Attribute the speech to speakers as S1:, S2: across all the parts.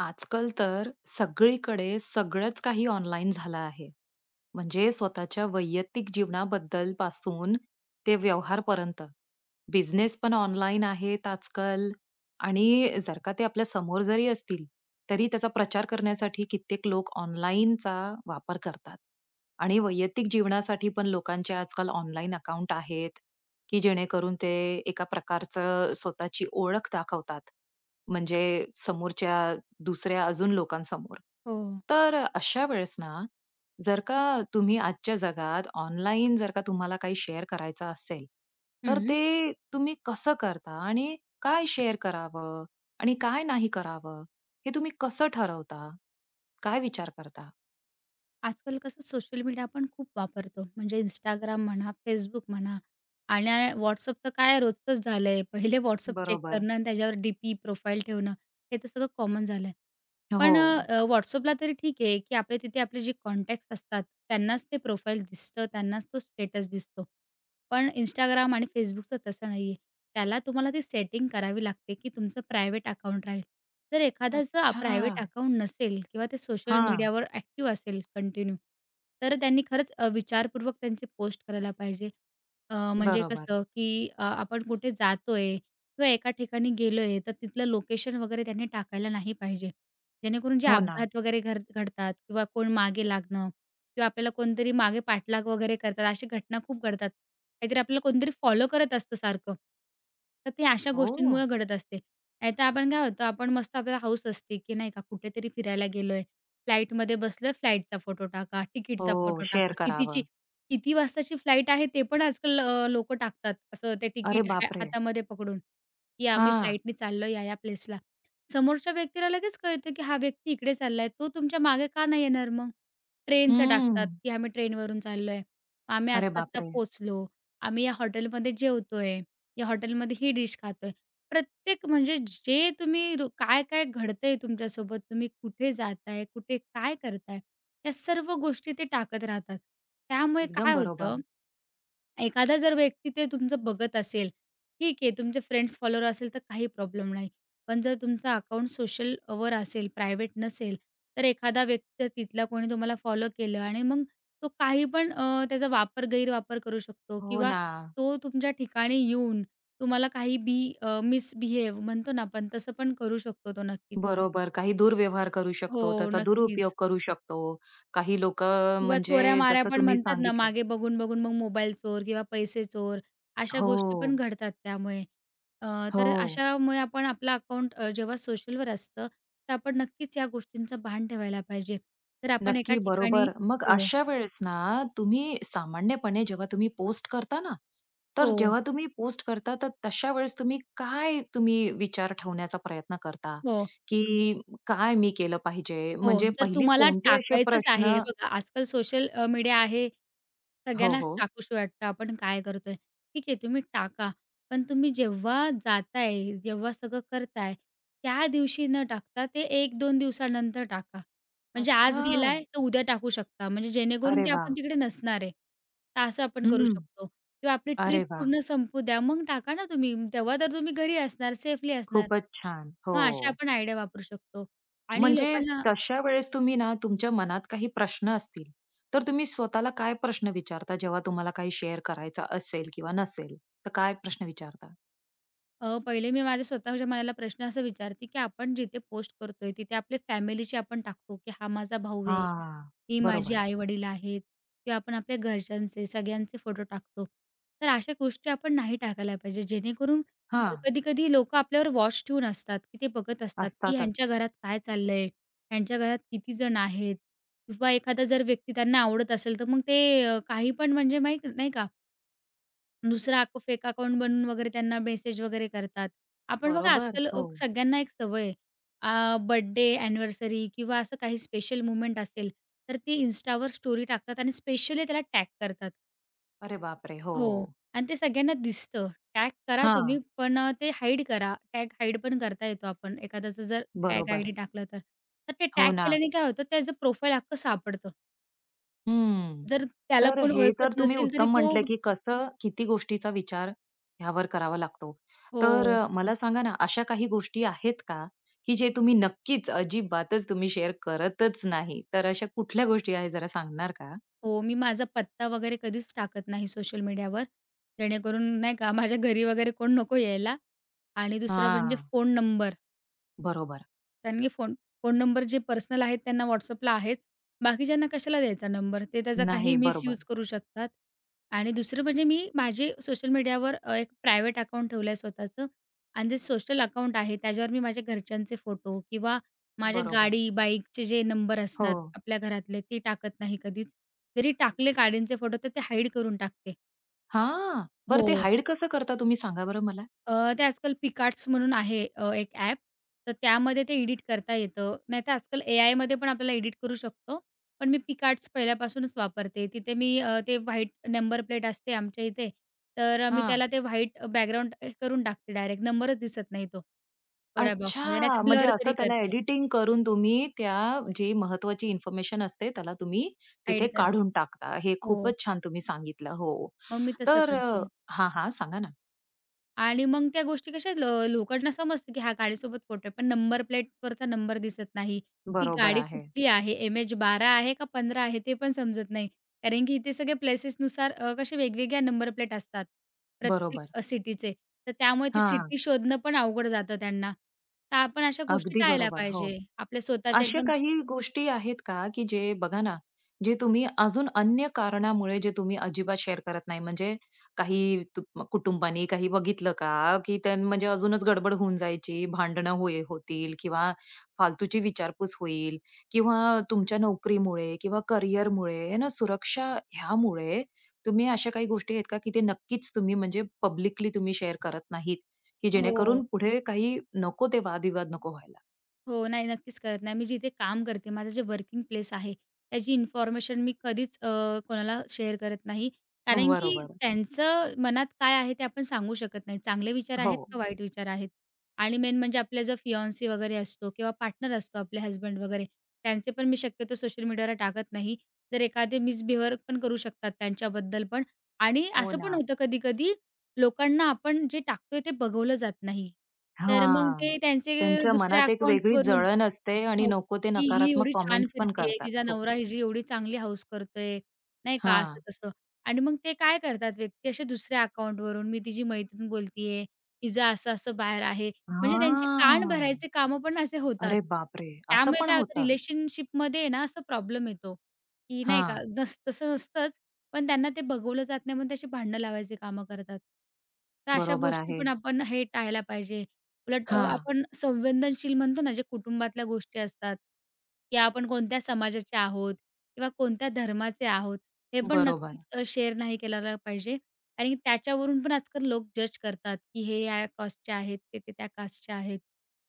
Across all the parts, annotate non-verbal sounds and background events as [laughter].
S1: आजकाल तर सगळीकडे सगळंच काही ऑनलाईन झालं आहे. म्हणजे स्वतःच्या वैयक्तिक जीवनाबद्दल पासून ते व्यवहारपर्यंत. बिझनेस पण ऑनलाईन आहेत आजकाल आणि जर का ते आपल्या समोर जरी असतील, तरी त्याचा प्रचार करण्यासाठी कित्येक लोक ऑनलाईनचा वापर करतात. आणि वैयक्तिक जीवनासाठी पण लोकांचे आजकाल ऑनलाईन अकाउंट आहेत, की जेणेकरून ते एका प्रकारचं स्वतःची ओळख दाखवतात. म्हणजे समोरच्या दुसऱ्या अजून लोकांसमोर.
S2: हो.
S1: तर अशा वेळेस ना जर का तुम्ही आजच्या जगात ऑनलाईन जर का तुम्हाला काही शेअर करायचं असेल, तर
S2: हं.
S1: ते तुम्ही कसं करता आणि काय शेअर करावं आणि काय नाही करावं, हे तुम्ही कसं ठरवता? काय विचार करता?
S2: आजकाल कसं सोशल मीडिया आपण खूप वापरतो. म्हणजे Instagram म्हणा, Facebook म्हणा आणि WhatsApp तर काय रोजचंच झालंय. पहिले WhatsApp चेक
S1: बरोबर.
S2: करणं आणि त्याच्यावर डी-पी, प्रोफाईल ठेवणं, हे तर सगळं कॉमन झालंय. पण
S1: हो.
S2: WhatsAppला तरी ठीक आहे, की आपले तिथे आपले जे कॉन्टॅक्ट्स असतात, त्यांनाच ते प्रोफाईल दिसतं, त्यांनाच तो स्टेटस दिसतो. पण Instagram आणि Facebookचं तसं नाहीये. त्याला तुम्हाला ती सेटिंग करावी लागते, की तुमचं प्रायव्हेट अकाउंट राहील. जर एखाद्याचं प्रायव्हेट
S1: अच्छा.
S2: अकाउंट नसेल किंवा ते सोशल
S1: हां,
S2: मीडियावर ॲक्टिव्ह असेल कंटिन्यू, तर त्यांनी खरंच विचारपूर्वक त्यांची पोस्ट करायला पाहिजे. म्हणजे
S1: बरोबर.
S2: कसं, की आपण कुठे जातोय किंवा एका ठिकाणी गेलोय, तर तिथलं लोकेशन वगैरे त्यांनी टाकायला नाही पाहिजे. जेणेकरून जे
S1: हो ना.
S2: अपघात वगैरे घर घडतात किंवा कोण मागे लागणं किंवा आपल्याला कोणतरी मागे पाठलाग वगैरे करतात, अशा घटना खूप घडतात. काहीतरी आपल्याला कोणतरी फॉलो करत असतं सारखं. तर ते अशा
S1: हो.
S2: गोष्टींमुळे घडत असते. नाहीतर आपण काय होतं, आपण मस्त आपल्याला हौस असते, की नाही का कुठेतरी फिरायला गेलोय, फ्लाईटमध्ये बसलोय, फ्लाईटचा फोटो टाका, तिकीटचा
S1: हो,
S2: फोटो
S1: शेअर
S2: टाका.
S1: करावं.
S2: किती वाजताची फ्लाईट आहे ते पण आजकाल टाकतात. असं ते
S1: अरे
S2: तिकीट
S1: बापरे!
S2: हातामध्ये पकडून, की आम्ही
S1: हां.
S2: फ्लाईटनी चाललो या प्लेसला. समोरच्या व्यक्तीला लगेच कळतं, की हा व्यक्ती इकडे चाललाय. तो तुमच्या मागे का नाही येणार मग? ट्रेनचं
S1: हं.
S2: टाकतात, की आम्ही ट्रेनवरून चाललोय. आम्ही
S1: अरे
S2: आत्ता-आत्ता
S1: बापरे!
S2: पोहोचलो. आम्ही या हॉटेलमध्ये जेवतोय. या हॉटेलमध्ये ही डिश खातोय. प्रत्येक म्हणजे जे तुम्ही काय-काय घडतंय तुमच्यासोबत, तुम्ही कुठे जाताय, कुठे काय करताय, या सर्व गोष्टी ते टाकत राहतात. त्यामुळे
S1: एकदम
S2: काय होतं
S1: बरोबर.
S2: एखादा जर व्यक्ती ते तुमचं बघत असेल, ठीक आहे तुमचे फ्रेंड्स फॉलोवर असेल तर काही प्रॉब्लेम नाही. पण जर तुमचं अकाउंट सोशलवर असेल, प्रायव्हेट नसेल, तर एखादा व्यक्ती तिथला कोणी तुम्हाला फॉलो केलं आणि मग तो काही पण त्याचा वापर गैरवापर करू शकतो
S1: हो
S2: किंवा
S1: ना.
S2: तो तुमच्या ठिकाणी येऊन तुम्हाला काही बी मिसबिहेव म्हणतो ना आपण तसं पण करू शकतो तो नक्कीच.
S1: बरोबर. काही दुर्व्यवहार करू
S2: हो,
S1: शकतो, त्याचा दुरुपयोग
S2: नक्कीच.
S1: करू शकतो. काही लोकं
S2: किंवा
S1: म्हणजे
S2: चोऱ्या-माऱ्या
S1: जसं
S2: पण
S1: तुम्ही
S2: म्हणतात ना,
S1: सांगितलं.
S2: मागे बघून-बघून मग मोबाईल चोर किंवा पैसे चोर अशा गोष्टी पण
S1: हो,
S2: घडतात त्यामुळे. अ, तर
S1: हो.
S2: अशामुळे आपण आपलं अकाउंट जेव्हा सोशलवर असतं, तर आपण नक्कीच या गोष्टींचं भान ठेवायला पाहिजे. तर आपण एका
S1: नक्की,
S2: ठिकाणी.
S1: बरोबर. मग
S2: हो,
S1: अशा वेळेस ना, तुम्ही सामान्यपणे जेव्हा तुम्ही पोस्ट करता ना, तर
S2: हो,
S1: जेव्हा तुम्ही पोस्ट करता, तर तशा वेळेस तुम्ही काय विचार ठेवण्याचा प्रयत्न करता,
S2: हो.
S1: की काय मी केलं पाहिजे?
S2: हो,
S1: म्हणजे
S2: जर
S1: पहिली
S2: तुम्हाला
S1: कोणते असे
S2: टाकायचंच आहे,
S1: प्रश्न.
S2: हे बघा आजकाल सोशल मीडिया आहे.
S1: हो,
S2: सगळ्यांनाच
S1: हो.
S2: टाकूशी वाटतं आपण काय करतोय. ठीक आहे तुम्ही टाका. पण तुम्ही जेव्हा जाताय, जेव्हा सगळं करताय, त्या दिवशी न टाकता ते एक दोन दिवसानंतर टाका. म्हणजे आज
S1: असं.
S2: गेलाय तर उद्या टाकू शकता. म्हणजे जेणेकरून
S1: अरे
S2: ते
S1: वाह!
S2: आपण तिकडे नसणार आहे. तर असं आपण करू
S1: हं.
S2: शकतो किंवा आपली ट्रिप
S1: अरे वाह!
S2: पूर्ण संपू द्या, मग टाका ना तुम्ही. तेव्हा तर तुम्ही घरी असणार, सेफली असणार.
S1: खूपच छान. हो.
S2: मग अशा आपण आयडिया वापरू शकतो आणि
S1: म्हणजे
S2: लोकांना
S1: तशा वेळेस तुम्ही ना, तुमच्या मनात काही प्रश्न असतील, तर तुम्ही स्वतःला काय प्रश्न विचारता जेव्हा तुम्हाला काही शेअर करायचा असेल किंवा नसेल, तर काय प्रश्न विचारता?
S2: पहिले मी माझ्या स्वतःच्या मनाला प्रश्न असा विचारते, की आपण जिथे पोस्ट करतोय, तिथे आपले फॅमिलीचे आपण टाकतो, की हा माझा भाऊ आहे,
S1: हां.
S2: ही माझी
S1: बरोबर.
S2: आई-वडील आहेत किंवा आपण आपल्या घरच्यांचे, सगळ्यांचे फोटो टाकतो. तर अशा गोष्टी आपण नाही टाकायला पाहिजे, जेणेकरून
S1: हां.
S2: कधी-कधी लोकं आपल्यावर वॉच ठेवून असतात, की ते बघत असतात, की ह्यांच्या
S1: असतातच.
S2: घरात काय चाललंय, ह्यांच्या घरात किती जण आहेत किंवा एखादा जर व्यक्ती त्यांना आवडत असेल, तर मग ते काही पण म्हणजे माहीत नाही का, दुसरं फेक अकाउंट बनवून वगैरे त्यांना मेसेज वगैरे करतात. आपण बघा
S1: बरोबर.
S2: आजकाल
S1: हो.
S2: सगळ्यांना एक सवय आहे. बर्थडे, अॅनिव्हर्सरी किंवा असं काही स्पेशल मोमेंट असेल, तर ती Instaवर स्टोरी टाकतात आणि स्पेशली त्याला टॅग करतात.
S1: अरे बापरे! हो.
S2: हो. आणि ते सगळ्यांना दिसतं. टॅग करा तुम्ही,
S1: हां.
S2: पण ते हाईड करा. टॅग हाईड पण करता येतो आपण एखाद्याचं जर टॅग
S1: बरोबर.
S2: आयडी टाकलं तर. तर ते टॅग
S1: हो ना.
S2: केल्याने काय होतं, त्याचं प्रोफाईल अख्खं सापडतं.
S1: हं.
S2: जर त्याला
S1: तर
S2: कोण
S1: हे तर
S2: ओळखत
S1: तुम्ही
S2: नसेल तरी
S1: उत्तम
S2: तो.
S1: म्हटलं, की कसं किती गोष्टीचा विचार ह्यावर करावा लागतो. तर
S2: हो.
S1: मला सांगा ना, अशा काही गोष्टी आहेत का, की जे तुम्ही नक्कीच अजिबातच तुम्ही शेअर करतच नाही? तर अशा कुठल्या गोष्टी आहेत जरा सांगणार का?
S2: हो, मी माझा पत्ता वगैरे कधीच टाकत नाही सोशल मीडियावर. जेणेकरून नाही का माझ्या घरी वगैरे कोण नको यायला आणि दुसरं म्हणजे
S1: हां,
S2: फोन नंबर.
S1: बरोबर.
S2: त्यांनी फोन फोन नंबर जे पर्सनल आहेत त्यांना WhatsAppला आहेच. बाकीच्यांना कशाला द्यायचा नंबर? ते त्याचा काही
S1: नाही, बरोबर.
S2: मिसयूज करू शकतात. आणि दुसरं म्हणजे मी माझे सोशल मीडियावर एक प्रायव्हेट अकाउंट ठेवलं आहे स्वतःचं आणि जे सोशल अकाउंट आहे त्याच्यावर मी माझ्या घरच्यांचे फोटो किंवा माझ्या
S1: बरोबर.
S2: गाडी, बाईकचे जे नंबर
S1: हो.
S2: असतात आपल्या घरातले ते टाकत नाही कधीच. जरी टाकले गाडींचे फोटो तर ते हाईड करून टाकते.
S1: हां, बरं ते
S2: हो.
S1: हाईड कसं करता तुम्ही सांगा बरं मला?
S2: ते आजकाल पिकआर्ट्स म्हणून आहे एक ॲप. तर त्यामध्ये ते एडिट करता येतं. नाहीतर आजकाल एआयमध्ये पण आपल्याला एडिट करू शकतो. पण मी पिकआर्ट्स पहिल्यापासूनच वापरते. तिथे मी ते व्हाईट नंबर प्लेट असते आमच्या इथे. तर मी
S1: हां.
S2: त्याला ते व्हाईट बॅकग्राऊंड करून टाकते डायरेक्ट. नंबरच दिसत नाही तो, एवढ्या बॉक्समध्ये.
S1: अच्छा!
S2: नाहीतर
S1: म्हणजे
S2: ब्लर
S1: असं
S2: तरी
S1: त्याला
S2: करते,
S1: एडिटिंग करून तुम्ही त्या जी महत्त्वाची इन्फॉर्मेशन असते त्याला तुम्ही
S2: हाईड
S1: तिथे
S2: करते.
S1: काढून टाकता. हे
S2: हो,
S1: खूपच छान तुम्ही सांगितलं. हो.
S2: मग मी तसं
S1: तर अ
S2: करते.
S1: हां, हां. सांगा ना.
S2: आणि मग त्या गोष्टी कशा लोकांना समजतं, की हा गाडीसोबत फोटो आहे. पण नंबर प्लेटवरचा नंबर दिसत नाही. ती
S1: बरोबर
S2: गाडी
S1: आहे.
S2: कुठली आहे? एम-एच-12 आहे का 15 आहे? ते पण समजत नाही. कारण की इथे सगळे प्लेसेसनुसार कसे वेगवेगळ्या नंबर प्लेट असतात
S1: बरोबर.
S2: प्रत्येक सिटीचे. तर त्यामुळे ती
S1: हां.
S2: सिटी शोधणं पण अवघड जातं त्यांना. तर आपण अशा गोष्टी
S1: अगदी
S2: टाळल्या
S1: बरोबर. हो.
S2: पाहिजे. आपल्या स्वतःच्या
S1: अशा
S2: एकदम.
S1: काही गोष्टी आहेत का, की जे बघा ना, जे तुम्ही अजून अन्य कारणामुळे जे तुम्ही अजिबात शेअर करत नाही? म्हणजे काही तु कुटुंबाने काही बघितलं का? की त्यां म्हणजे अजूनच गडबड होऊन जायची, भांडणं होय होतील किंवा फालतूची विचारपूस होईल किंवा तुमच्या नोकरीमुळे किंवा करिअरमुळे ना, सुरक्षा ह्यामुळे तुम्ही अशा काही गोष्टी आहेत का, की ते नक्कीच तुम्ही म्हणजे पब्लिकली तुम्ही शेअर करत नाहीत, की
S2: हो.
S1: जेणेकरून पुढे काही नको ते वादविवाद नको व्हायला?
S2: हो, नाही, नक्कीच करत नाही. मी जिथे काम करते, माझं जे वर्किंग प्लेस आहे, त्याची इन्फॉर्मेशन मी कधीच कोणाला शेअर करत नाही. कारण की
S1: बरोबर.
S2: त्यांचं मनात काय आहे ते आपण सांगू शकत नाही. चांगले विचार
S1: हो.
S2: आहेत का वाईट विचार आहेत. आणि मेन म्हणजे आपला जो फियांसी वगैरे असतो किंवा पार्टनर असतो, आपले हसबंड वगैरे, त्यांचे पण मी शक्यतो सोशल मीडियावर टाकत नाही. जर एखादे मिसबिहेवियर पण करू शकतात त्यांच्याबद्दल पण. आणि
S1: हो
S2: असं
S1: ना.
S2: पण होतं कधी-कधी लोकांना आपण जे टाकतोय ते बघवलं जात नाही. तर मग
S1: हां.
S2: ते त्यांचे
S1: त्यांच्या
S2: दुसऱ्या
S1: मनात एक वेगळी
S2: अकाउंटवरून.
S1: जळण असते आणि
S2: हो,
S1: नको ते
S2: की ही
S1: नकारात्मक
S2: एवढी छान
S1: कॉमेंट्स पण
S2: फिरतीये,
S1: करतात.
S2: तिचा
S1: हो.
S2: नवरा हिची एवढी चांगली हौस करतोय, नाही का,
S1: हां.
S2: असं-तसं. आणि मग ते काय करतात व्यक्ती असे दुसऱ्या अकाउंटवरून, मी तिची मैत्रीण बोलतीये, तिचं असं-असं बाहेर आहे. म्हणजे त्यांचे कान
S1: हां.
S2: भरायचे कामं पण असे होतात.
S1: अरे बापरे! असं
S2: त्यामुळे
S1: पण
S2: काय होतं
S1: होतं.
S2: रिलेशनशिपमध्ये ना असा प्रॉब्लेम येतो, की नाही का,
S1: हां.
S2: तसं नसतंच, पण त्यांना ते बघवलं जात नाही म्हणून तशी भांडणं लावायची कामं करतात. तर अशा
S1: बरोबर
S2: गोष्टी
S1: आहे.
S2: पण आपण हे टाळायला पाहिजे. उलट
S1: हां.
S2: आपण संवेदनशील म्हणतो ना, जे कुटुंबातल्या गोष्टी असतात, की आपण कोणत्या समाजाचे आहोत किंवा कोणत्या धर्माचे आहोत, हे पण
S1: बरोबर.
S2: नक्कीच शेअर नाही केलेला पाहिजे. आणि त्याच्यावरून पण आजकाल लोक जज करतात, की हे या कास्टचे आहेत, ते ते त्या कास्टचे आहेत.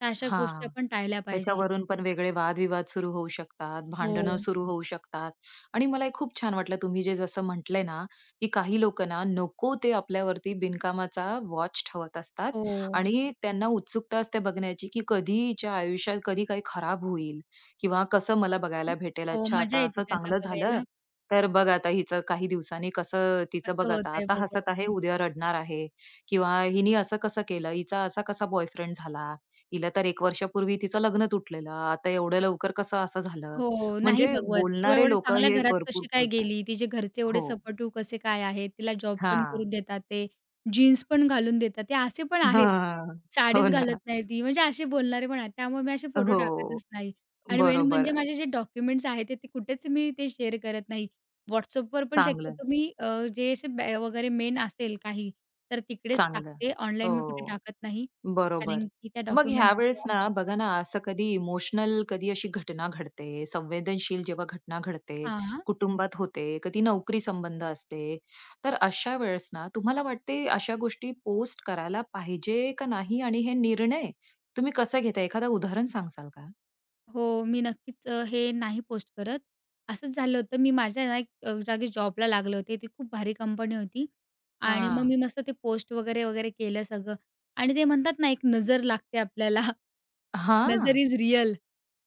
S2: तर अशा गोष्टी
S1: हां.
S2: आपण टाळल्या पाहिजे.
S1: त्याच्यावरून पण वेगळे वादविवाद सुरू होऊ शकतात, भांडणं
S2: हो,
S1: सुरू होऊ शकतात. आणि मला हे खूप छान वाटलं तुम्ही जे जसं म्हटले ना, की काही लोकं ना नको ते आपल्यावरती बिनकामाचा वॉच ठेवत असतात
S2: हो.
S1: आणि त्यांना उत्सुकता असते बघण्याची, की कधी हिच्या आयुष्यात कधी काही खराब होईल किंवा कसं मला बघायला भेटेल.
S2: हो,
S1: अच्छा
S2: मजा
S1: आता
S2: येते
S1: असं
S2: त्यांना
S1: चांगलं झालं,
S2: बघायला.
S1: तर बघ आता हिचं काही दिवसांनी कसं
S2: [laughs]
S1: तिचं
S2: कसं
S1: बघ आता,
S2: होतंय
S1: आता
S2: बघू
S1: हसत आहे,
S2: आपण.
S1: उद्या रडणार आहे किंवा हिने असं कसं केलं, हिचा असा कसा बॉयफ्रेंड झाला. तिला तर 1 वर्षापूर्वी तिचं लग्न तुटलेलं. आता एवढ्या लवकर कसं असं झालं?
S2: हो, नाही
S1: म्हणजे
S2: बघवत किंवा
S1: बोलणारे
S2: एवढ्या
S1: लोकं
S2: चांगल्या
S1: हे
S2: घरात
S1: भरपूर
S2: कशी काय
S1: बोलतात.
S2: गेली, तिचे घरचे एवढे
S1: हो.
S2: सपोर्टिव्ह कसे काय आहेत, तिला जॉब पण
S1: हां.
S2: करून देतात ते, जीन्स पण घालून देतात ते असे पण आहेत.
S1: हां. हो
S2: साडीच घालत
S1: ना.
S2: नाही ती, म्हणजे असे बोलणारे पण आहेत. त्यामुळे मी असे फोटो
S1: हो.
S2: टाकतच नाही आणि मेन म्हणजे
S1: बरोबर.
S2: माझे जे डॉक्युमेंट्स आहेत ते ते कुठेच मी ते शेअर करत नाही. WhatsAppवर पण
S1: चांगलं,
S2: शक्यतो मी जे असे वगैरे मेन असेल काही, तर तिकडेच
S1: चांगलं.
S2: टाकते.
S1: हो.
S2: ऑनलाईन मी कुठे टाकत नाही.
S1: बरोबर.
S2: कारण की त्या
S1: मग
S2: डॉक्युमेंट्स.
S1: ह्यावेळेस ना, बघा ना, असं कधी इमोशनल कधी अशी घटना घडते, संवेदनशील जेव्हा घटना घडते,
S2: हां.
S1: कुटुंबात होते, कधी नोकरी संबंध असते. तर अशा वेळेस ना, तुम्हाला वाटते अशा गोष्टी पोस्ट करायला पाहिजे का नाही? आणि हे निर्णय तुम्ही कसा घेता? एखादं उदाहरण सांगाल का?
S2: हो, मी नक्कीच हे नाही पोस्ट करत. असंच झालं होतं, मी माझ्या ना एक जागी जॉबला लागले होते. ती खूप भारी कंपनी होती आणि मग मी
S1: हां.
S2: मस्त ते पोस्ट वगैरे, वगैरे केलं सगळं आणि ते म्हणतात ना, एक नजर लागते आपल्याला नजर
S1: हां.
S2: इज रिअल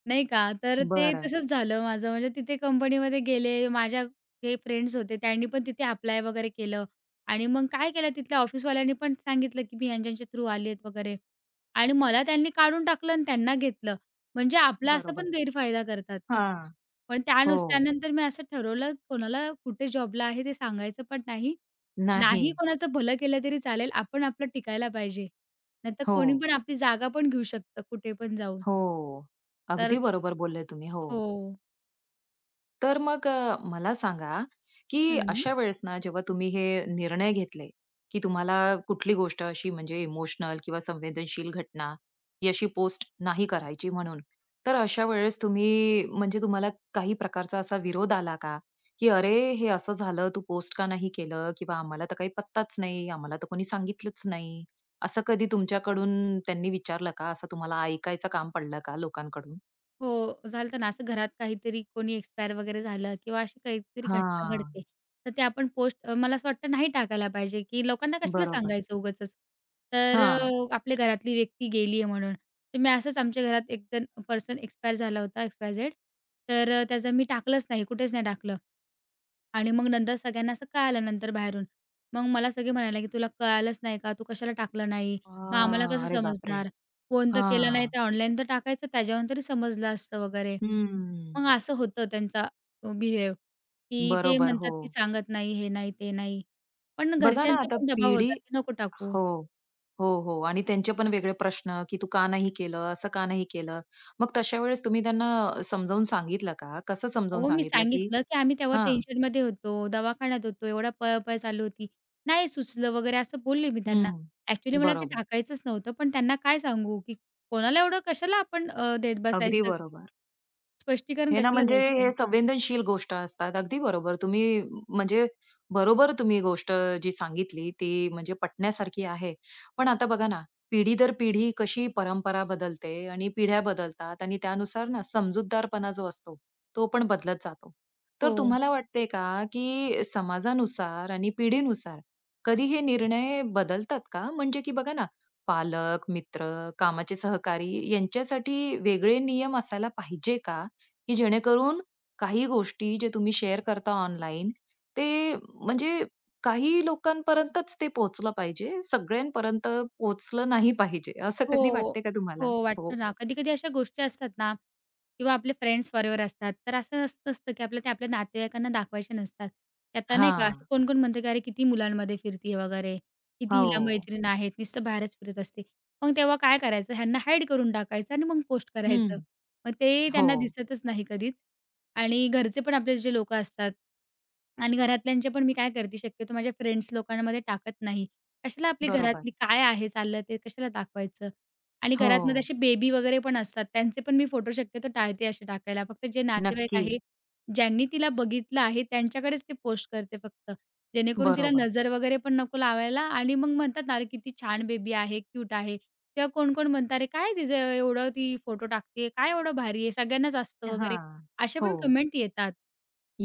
S2: नाही का? तर ते
S1: बरं.
S2: तसंच झालं माझं. म्हणजे तिथे कंपनीमध्ये गेले. माझ्या हे फ्रेंड्स होते त्यांनी पण तिथे अप्लाय वगैरे केलं आणि मग काय केलं तिथल्या ऑफिसवाल्यांनी पण सांगितलं, की मी ह्यांच्या-ह्यांच्या थ्रू आली आहेत वगैरे आणि मला त्यांनी काढून टाकलं आणि त्यांना घेतलं. म्हणजे आपला असा
S1: बरोबर.
S2: पण गैरफायदा करतात.
S1: हां.
S2: पण
S1: हो.
S2: त्यानंतर मी असं ठरवलं कोणाला कुठे जॉबला आहे ते सांगायचं पण नाही.
S1: नाही.
S2: नाही कोणाचं भलं केलं तरी चालेल. आपण आपलं टिकायला पाहिजे. नाहीतर
S1: हो.
S2: कोणी पण आपली जागा पण घेऊ शकतं कुठे पण जाऊन.
S1: हो.
S2: तर.
S1: अगदी बरोबर बोलले तुम्ही. हो.
S2: हो.
S1: तर मग मला सांगा, की
S2: हं.
S1: अशा वेळेस ना, जेव्हा तुम्ही हे निर्णय घेतले, की तुम्हाला कुठली गोष्ट अशी म्हणजे इमोशनल किंवा संवेदनशील घटना, ही अशी पोस्ट नाही करायची म्हणून. तर अशा वेळेस तुम्ही म्हणजे तुम्हाला काही प्रकारचा असा विरोध आला का? की "अरे, हे असं झालं, तू पोस्ट का नाही केलं?" किंवा "आम्हाला तर काही पत्ताच नाही, आम्हाला तर कोणी सांगितलंच नाही." असं कधी तुमच्याकडून त्यांनी विचारलं का? असं तुम्हाला ऐकायचं काम पडलं का लोकांकडून?
S2: हो, झालं ना असं घरात काहीतरी कोणी एक्सपायर वगैरे झालं किंवा अशी काहीतरी घटना
S1: हां,
S2: घडते. तर ते आपण पोस्ट अ, मला असं वाटतं नाही टाकायला पाहिजे, की लोकांना कशाला
S1: बरोबर.
S2: सांगायचं उगाचच. तर
S1: हां.
S2: आपल्या घरातली व्यक्ती गेली आहे म्हणून. तर मी असंच आमच्या घरात एक जण पर्सन एक्सपायर झाला होता, एक्स-वाय-झेड. तर त्याचं मी टाकलंच नाही, कुठेच नाही टाकलं. आणि मग नंतर सगळ्यांना असं कळालं नंतर बाहेरून. मग मला सगळे म्हणायला, की "तुला कळालंच नाही का? तू कशाला टाकलं नाही? मग आम्हाला
S1: हां.
S2: कसं
S1: अरे बापरे!
S2: समजणार? फोन तर केला नाही,
S1: हां.
S2: तर ऑनलाईन तर टाकायचं, त्याच्यावरून तरी समजलं असतं" वगैरे.
S1: हं.
S2: मग असं होतं त्यांचा बिहेव, की ते
S1: बरोबर,
S2: म्हणतात,
S1: हो.
S2: की सांगत नाही, हे नाही, ते नाही. पण
S1: बघा ना
S2: घरच्यांचा
S1: आता
S2: पण दबाव
S1: पिढी.
S2: होता, की नको टाकू.
S1: हो. हो, हो. आणि त्यांचे पण वेगळे प्रश्न, की "तू का नाही केलं? असं का नाही केलं?" मग तशा वेळेस तुम्ही त्यांना समजावून सांगितलं का? कसं समजावून
S2: हो, मी
S1: सांगितलं, की
S2: सांगितलं, की आम्ही तेव्हा
S1: हां.
S2: टेन्शनमध्ये होतो, दवाखान्यात होतो, एवढा पळापळ चालू होती. नाही सुचलं वगैरे असं बोलले मी त्यांना.
S1: हं.
S2: ॲक्चुअली मला ते
S1: बरोबर.
S2: टाकायचंच नव्हतं, पण त्यांना काय सांगू, की कोणाला एवढं कशाला आपण देत
S1: अगदी
S2: बसायचं?
S1: बरोबर.
S2: स्पष्टीकरण
S1: हे ना
S2: कशाला
S1: म्हणजे
S2: द्यायचं?
S1: हे संवेदनशील गोष्ट असतात. अगदी बरोबर. तुम्ही म्हणजे बरोबर तुम्ही गोष्ट जी सांगितली ती म्हणजे पटण्यासारखी आहे. पण आता बघा ना, पिढी दर पिढी कशी परंपरा बदलते आणि पिढ्या बदलतात आणि त्यानुसार ना समजूतदारपणा जो असतो, तो पण बदलत जातो.
S2: हो.
S1: तर तुम्हाला वाटते का, की समाजानुसार आणि पिढीनुसार कधी हे निर्णय बदलतात का? म्हणजे की बघा ना, पालक, मित्र, कामाचे सहकारी यांच्यासाठी वेगळे नियम असायला पाहिजे का? की जेणेकरून काही गोष्टी जे तुम्ही शेअर करता ऑनलाईन, ते म्हणजे काही लोकांपर्यंतच ते पोहोचलं पाहिजे. सगळ्यांपर्यंत पोहोचलं नाही पाहिजे. असं कधी
S2: हो,
S1: वाटते का
S2: हो,
S1: तुम्हाला?
S2: वाटतं
S1: हो.
S2: ना. कधी-कधी अशा गोष्टी असतात ना किंवा आपले फ्रेंड्स फॉरेव्हर असतात, तर असं असं असतं की आपल्याला ते आपल्या नातेवाईकांना दाखवायचे नसतात. ते आता नाही का,
S1: हां.
S2: असं कोण-कोण म्हणतं की "अरे, किती मुलांमध्ये फिरती आहे वगैरे, किती हिला
S1: हो.
S2: मैत्रीण आहेत, नुसतं बाहेरच फिरत असते." मग तेव्हा काय करायचं, ह्यांना हाईड करून टाकायचं आणि मग पोस्ट करायचं.
S1: हं.
S2: मग ते
S1: हो.
S2: त्यांना दिसतच नाही कधीच आणि घरचे पण आपले जे लोकं असतात आणि घरातल्यांचे पण मी काय करते, शक्यतो माझ्या फ्रेंड्स लोकांमध्ये टाकत नाही. कशाला आपली
S1: बरोबर.
S2: घरातली काय आहे चाललं ते कशाला दाखवायचं? आणि
S1: हो.
S2: घरात मग तसे बेबी वगैरे पण असतात, त्यांचे पण मी फोटो शक्यतो टाळते असे टाकायला. फक्त जे नातेवाईक
S1: नक्की.
S2: आहे, ज्यांनी तिला बघितलं आहे, त्यांच्याकडेच ते पोस्ट करते फक्त. जेणेकरून तिला
S1: बरोबर.
S2: नजर वगैरे पण नको लावायला आणि मग म्हणतात ना, "अरे किती छान बेबी आहे, क्यूट आहे." किंवा कोण-कोण म्हणतं, "अरे काय तिचं एवढं ती फोटो टाकते, काय एवढं भारी आहे, सगळ्यांनाच असतं वगैरे."
S1: हां.
S2: अशा पण
S1: हो.
S2: कमेंट येतात.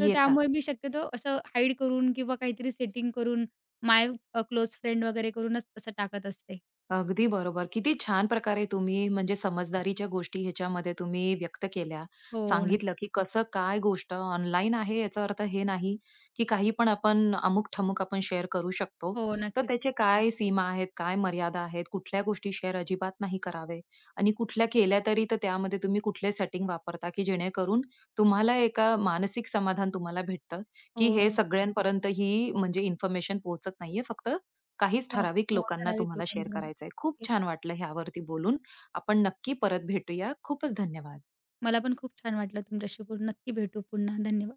S2: तर त्यामुळे मी शक्यतो असं हाईड करून किंवा काहीतरी सेटिंग करून माय क्लोज फ्रेंड वगैरे करूनच तसं टाकत असते.
S1: अगदी बरोबर. किती छान प्रकारे तुम्ही म्हणजे समजदारीच्या गोष्टी ह्याच्यामध्ये तुम्ही व्यक्त केल्या.
S2: हो, नक्की.
S1: सांगितलं, की कसं काय गोष्ट ऑनलाईन आहे याचा अर्थ हे नाही, की काही पण आपण अमुक-ठमुक आपण शेअर करू शकतो.
S2: हो,
S1: तर
S2: नक्कीच.
S1: त्याचे काय सीमा आहेत, काय मर्यादा आहेत, कुठल्या गोष्टी शेअर अजिबात नाही करावे आणि कुठल्या केल्या तरी तर त्यामध्ये तुम्ही कुठले सेटिंग वापरता, की जेणेकरून तुम्हाला एका मानसिक समाधान तुम्हाला भेटतं,
S2: हो,
S1: की हे
S2: हो.
S1: सगळ्यांपर्यंत ही म्हणजे इन्फॉर्मेशन पोहोचत नाहीये, फक्त काहीच ठराविक
S2: हो,
S1: लोकांना
S2: ठराविक
S1: तुम्हाला शेअर
S2: लोकांपर्यंत.
S1: करायचंय. खूप छान वाटलं ह्यावरती बोलून. आपण नक्की परत भेटूया. खूपच धन्यवाद.
S2: मला पण खूप छान वाटलं तुमच्याशी बोलून. नक्की भेटू पुन्हा. धन्यवाद.